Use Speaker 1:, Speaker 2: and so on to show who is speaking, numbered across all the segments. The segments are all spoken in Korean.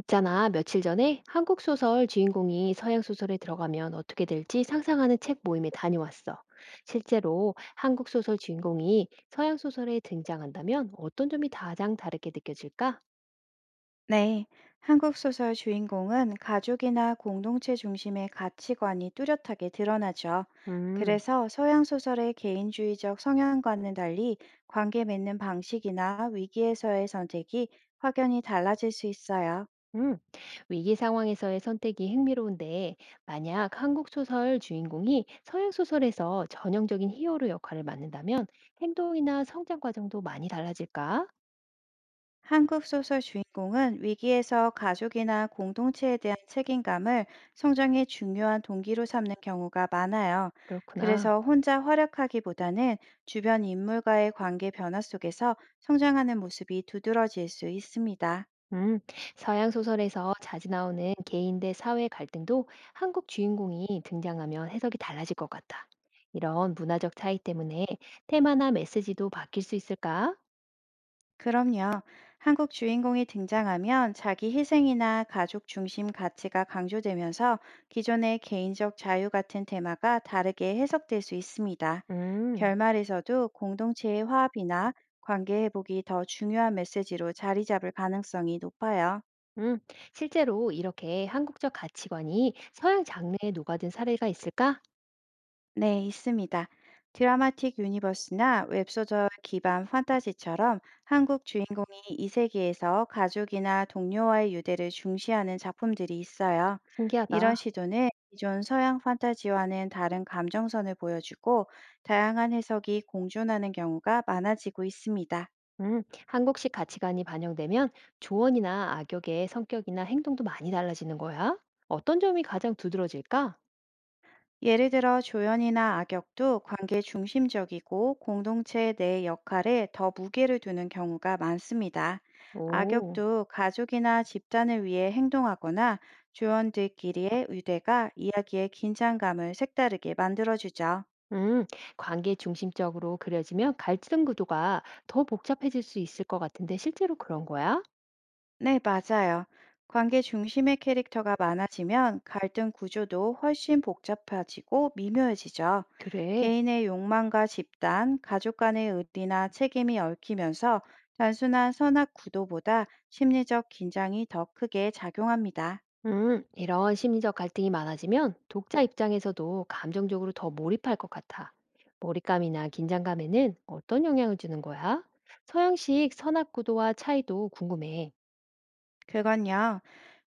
Speaker 1: 있잖아, 며칠 전에 한국 소설 주인공이 서양 소설에 들어가면 어떻게 될지 상상하는 책 모임에 다녀왔어. 실제로 한국 소설 주인공이 서양 소설에 등장한다면 어떤 점이 가장 다르게 느껴질까?
Speaker 2: 네, 한국 소설 주인공은 가족이나 공동체 중심의 가치관이 뚜렷하게 드러나죠.
Speaker 1: 음,
Speaker 2: 그래서 서양 소설의 개인주의적 성향과는 달리 관계 맺는 방식이나 위기에서의 선택이 확연히 달라질 수 있어요.
Speaker 1: 음, 위기 상황에서의 선택이 흥미로운데, 만약 한국 소설 주인공이 서양 소설에서 전형적인 히어로 역할을 맡는다면 행동이나 성장 과정도 많이 달라질까?
Speaker 2: 한국 소설 주인공은 위기에서 가족이나 공동체에 대한 책임감을 성장의 중요한 동기로 삼는 경우가 많아요.
Speaker 1: 그렇구나.
Speaker 2: 그래서 혼자 활약하기보다는 주변 인물과의 관계 변화 속에서 성장하는 모습이 두드러질 수 있습니다.
Speaker 1: 음, 서양 소설에서 자주 나오는 개인 대 사회 갈등도 한국 주인공이 등장하면 해석이 달라질 것 같다. 이런 문화적 차이 때문에 테마나 메시지도 바뀔 수 있을까?
Speaker 2: 그럼요. 한국 주인공이 등장하면 자기 희생이나 가족 중심 가치가 강조되면서 기존의 개인적 자유 같은 테마가 다르게 해석될 수 있습니다.
Speaker 1: 음,
Speaker 2: 결말에서도 공동체의 화합이나 관계 회복이 더 중요한 메시지로 자리 잡을 가능성이 높아요.
Speaker 1: 음, 실제로 이렇게 한국적 가치관이 서양 장르에 녹아든 사례가 있을까?
Speaker 2: 네, 있습니다. 드라마틱 유니버스나 웹소설 기반 판타지처럼 한국 주인공이 이 세계에서 가족이나 동료와의 유대를 중시하는 작품들이 있어요.
Speaker 1: 신기하다.
Speaker 2: 이런 시도는 기존 서양 판타지와는 다른 감정선을 보여주고 다양한 해석이 공존하는 경우가 많아지고 있습니다.
Speaker 1: 한국식 가치관이 반영되면 조언이나 악역의 성격이나 행동도 많이 달라지는 거야? 어떤 점이 가장 두드러질까?
Speaker 2: 예를 들어 조연이나 악역도 관계 중심적이고 공동체 내 역할에 더 무게를 두는 경우가 많습니다.
Speaker 1: 오.
Speaker 2: 악역도 가족이나 집단을 위해 행동하거나 조연들끼리의 유대가 이야기의 긴장감을 색다르게 만들어주죠.
Speaker 1: 음, 관계 중심적으로 그려지면 갈등 구도가 더 복잡해질 수 있을 것 같은데 실제로 그런 거야?
Speaker 2: 네, 맞아요. 관계 중심의 캐릭터가 많아지면 갈등 구조도 훨씬 복잡해지고 미묘해지죠.
Speaker 1: 그래.
Speaker 2: 개인의 욕망과 집단, 가족 간의 의리나 책임이 얽히면서 단순한 선악 구도보다 심리적 긴장이 더 크게 작용합니다.
Speaker 1: 이런 심리적 갈등이 많아지면 독자 입장에서도 감정적으로 더 몰입할 것 같아. 몰입감이나 긴장감에는 어떤 영향을 주는 거야? 서양식 선악 구도와 차이도 궁금해.
Speaker 2: 그건요,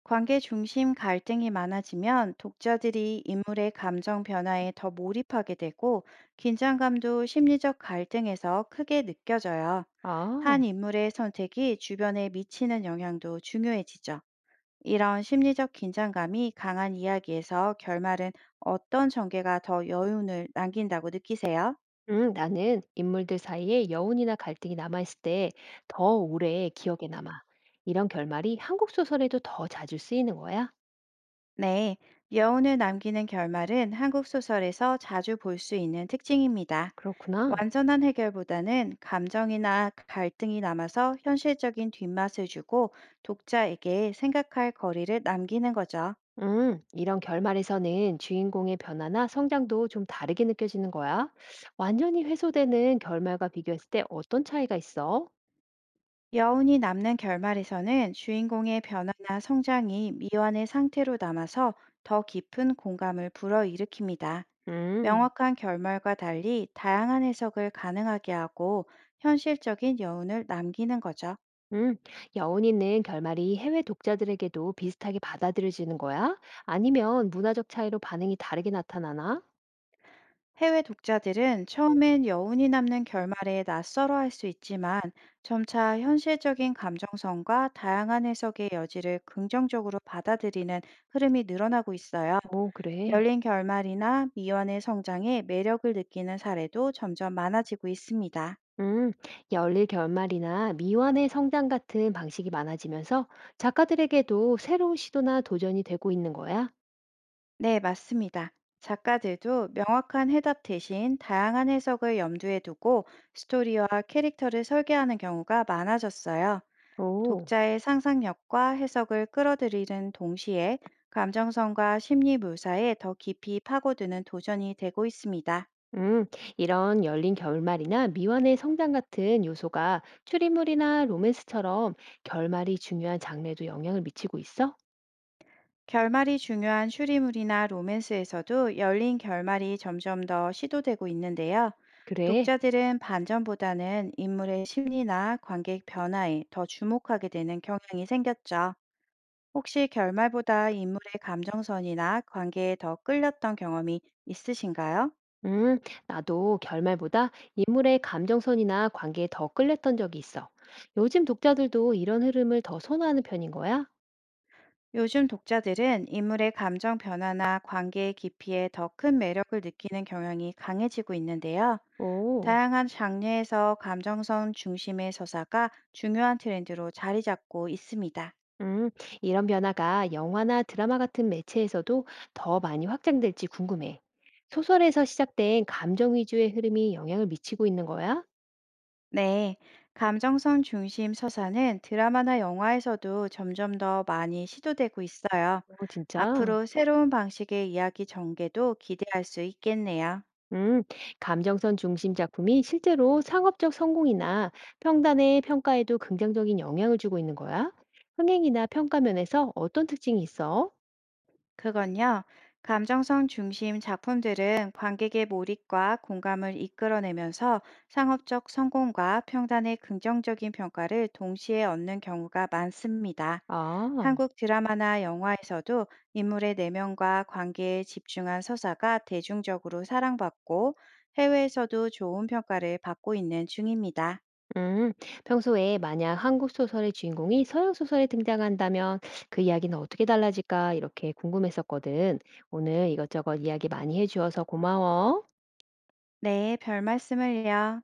Speaker 2: 관계 중심 갈등이 많아지면 독자들이 인물의 감정 변화에 더 몰입하게 되고 긴장감도 심리적 갈등에서 크게 느껴져요.
Speaker 1: 아,
Speaker 2: 한 인물의 선택이 주변에 미치는 영향도 중요해지죠. 이런 심리적 긴장감이 강한 이야기에서 결말은 어떤 전개가 더 여운을 남긴다고 느끼세요?
Speaker 1: 나는 인물들 사이에 여운이나 갈등이 남아있을 때 더 오래 기억에 남아. 이런 결말이 한국 소설에도 더 자주 쓰이는 거야?
Speaker 2: 네, 여운을 남기는 결말은 한국 소설에서 자주 볼 수 있는 특징입니다.
Speaker 1: 그렇구나.
Speaker 2: 완전한 해결보다는 감정이나 갈등이 남아서 현실적인 뒷맛을 주고 독자에게 생각할 거리를 남기는 거죠.
Speaker 1: 이런 결말에서는 주인공의 변화나 성장도 좀 다르게 느껴지는 거야. 완전히 회수되는 결말과 비교했을 때 어떤 차이가 있어?
Speaker 2: 여운이 남는 결말에서는 주인공의 변화나 성장이 미완의 상태로 남아서 더 깊은 공감을 불어일으킵니다.
Speaker 1: 음,
Speaker 2: 명확한 결말과 달리 다양한 해석을 가능하게 하고 현실적인 여운을 남기는 거죠.
Speaker 1: 음, 여운 있는 결말이 해외 독자들에게도 비슷하게 받아들여지는 거야? 아니면 문화적 차이로 반응이 다르게 나타나나?
Speaker 2: 해외 독자들은 처음엔 여운이 남는 결말에 낯설어할 수 있지만 점차 현실적인 감정선과 다양한 해석의 여지를 긍정적으로 받아들이는 흐름이 늘어나고 있어요.
Speaker 1: 오, 그래.
Speaker 2: 열린 결말이나 미완의 성장에 매력을 느끼는 사례도 점점 많아지고 있습니다.
Speaker 1: 음, 열릴 결말이나 미완의 성장 같은 방식이 많아지면서 작가들에게도 새로운 시도나 도전이 되고 있는 거야?
Speaker 2: 네, 맞습니다. 작가들도 명확한 해답 대신 다양한 해석을 염두에 두고 스토리와 캐릭터를 설계하는 경우가 많아졌어요.
Speaker 1: 오.
Speaker 2: 독자의 상상력과 해석을 끌어들이는 동시에 감정선과 심리 묘사에 더 깊이 파고드는 도전이 되고 있습니다.
Speaker 1: 음, 이런 열린 결말이나 미완의 성장 같은 요소가 추리물이나 로맨스처럼 결말이 중요한 장르에도 영향을 미치고 있어?
Speaker 2: 결말이 중요한 추리물이나 로맨스에서도 열린 결말이 점점 더 시도되고 있는데요.
Speaker 1: 그래.
Speaker 2: 독자들은 반전보다는 인물의 심리나 관객 변화에 더 주목하게 되는 경향이 생겼죠. 혹시 결말보다 인물의 감정선이나 관계에 더 끌렸던 경험이 있으신가요?
Speaker 1: 음, 나도 결말보다 인물의 감정선이나 관계에 더 끌렸던 적이 있어. 요즘 독자들도 이런 흐름을 더 선호하는 편인 거야?
Speaker 2: 요즘 독자들은 인물의 감정 변화나 관계의 깊이에 더 큰 매력을 느끼는 경향이 강해지고 있는데요.
Speaker 1: 오.
Speaker 2: 다양한 장르에서 감정선 중심의 서사가 중요한 트렌드로 자리 잡고 있습니다.
Speaker 1: 음, 이런 변화가 영화나 드라마 같은 매체에서도 더 많이 확장될지 궁금해. 소설에서 시작된 감정 위주의 흐름이 영향을 미치고 있는 거야?
Speaker 2: 네, 감정선 중심 서사는 드라마나 영화에서도 점점 더 많이 시도되고 있어요.
Speaker 1: 어 진짜?
Speaker 2: 앞으로 새로운 방식의 이야기 전개도 기대할 수 있겠네요.
Speaker 1: 음. 감정선 중심 작품이 실제로 상업적 성공이나 평단의 평가에도 긍정적인 영향을 주고 있는 거야? 흥행이나 평가 면에서 어떤 특징이 있어?
Speaker 2: 그건요, 감정성 중심 작품들은 관객의 몰입과 공감을 이끌어내면서 상업적 성공과 평단의 긍정적인 평가를 동시에 얻는 경우가 많습니다.
Speaker 1: 아,
Speaker 2: 한국 드라마나 영화에서도 인물의 내면과 관계에 집중한 서사가 대중적으로 사랑받고 해외에서도 좋은 평가를 받고 있는 중입니다.
Speaker 1: 음. 평소에 만약 한국 소설의 주인공이 서양 소설에 등장한다면 그 이야기는 어떻게 달라질까? 이렇게 궁금했었거든. 오늘 이것저것 이야기 많이 해주어서 고마워.
Speaker 2: 네, 별 말씀을요.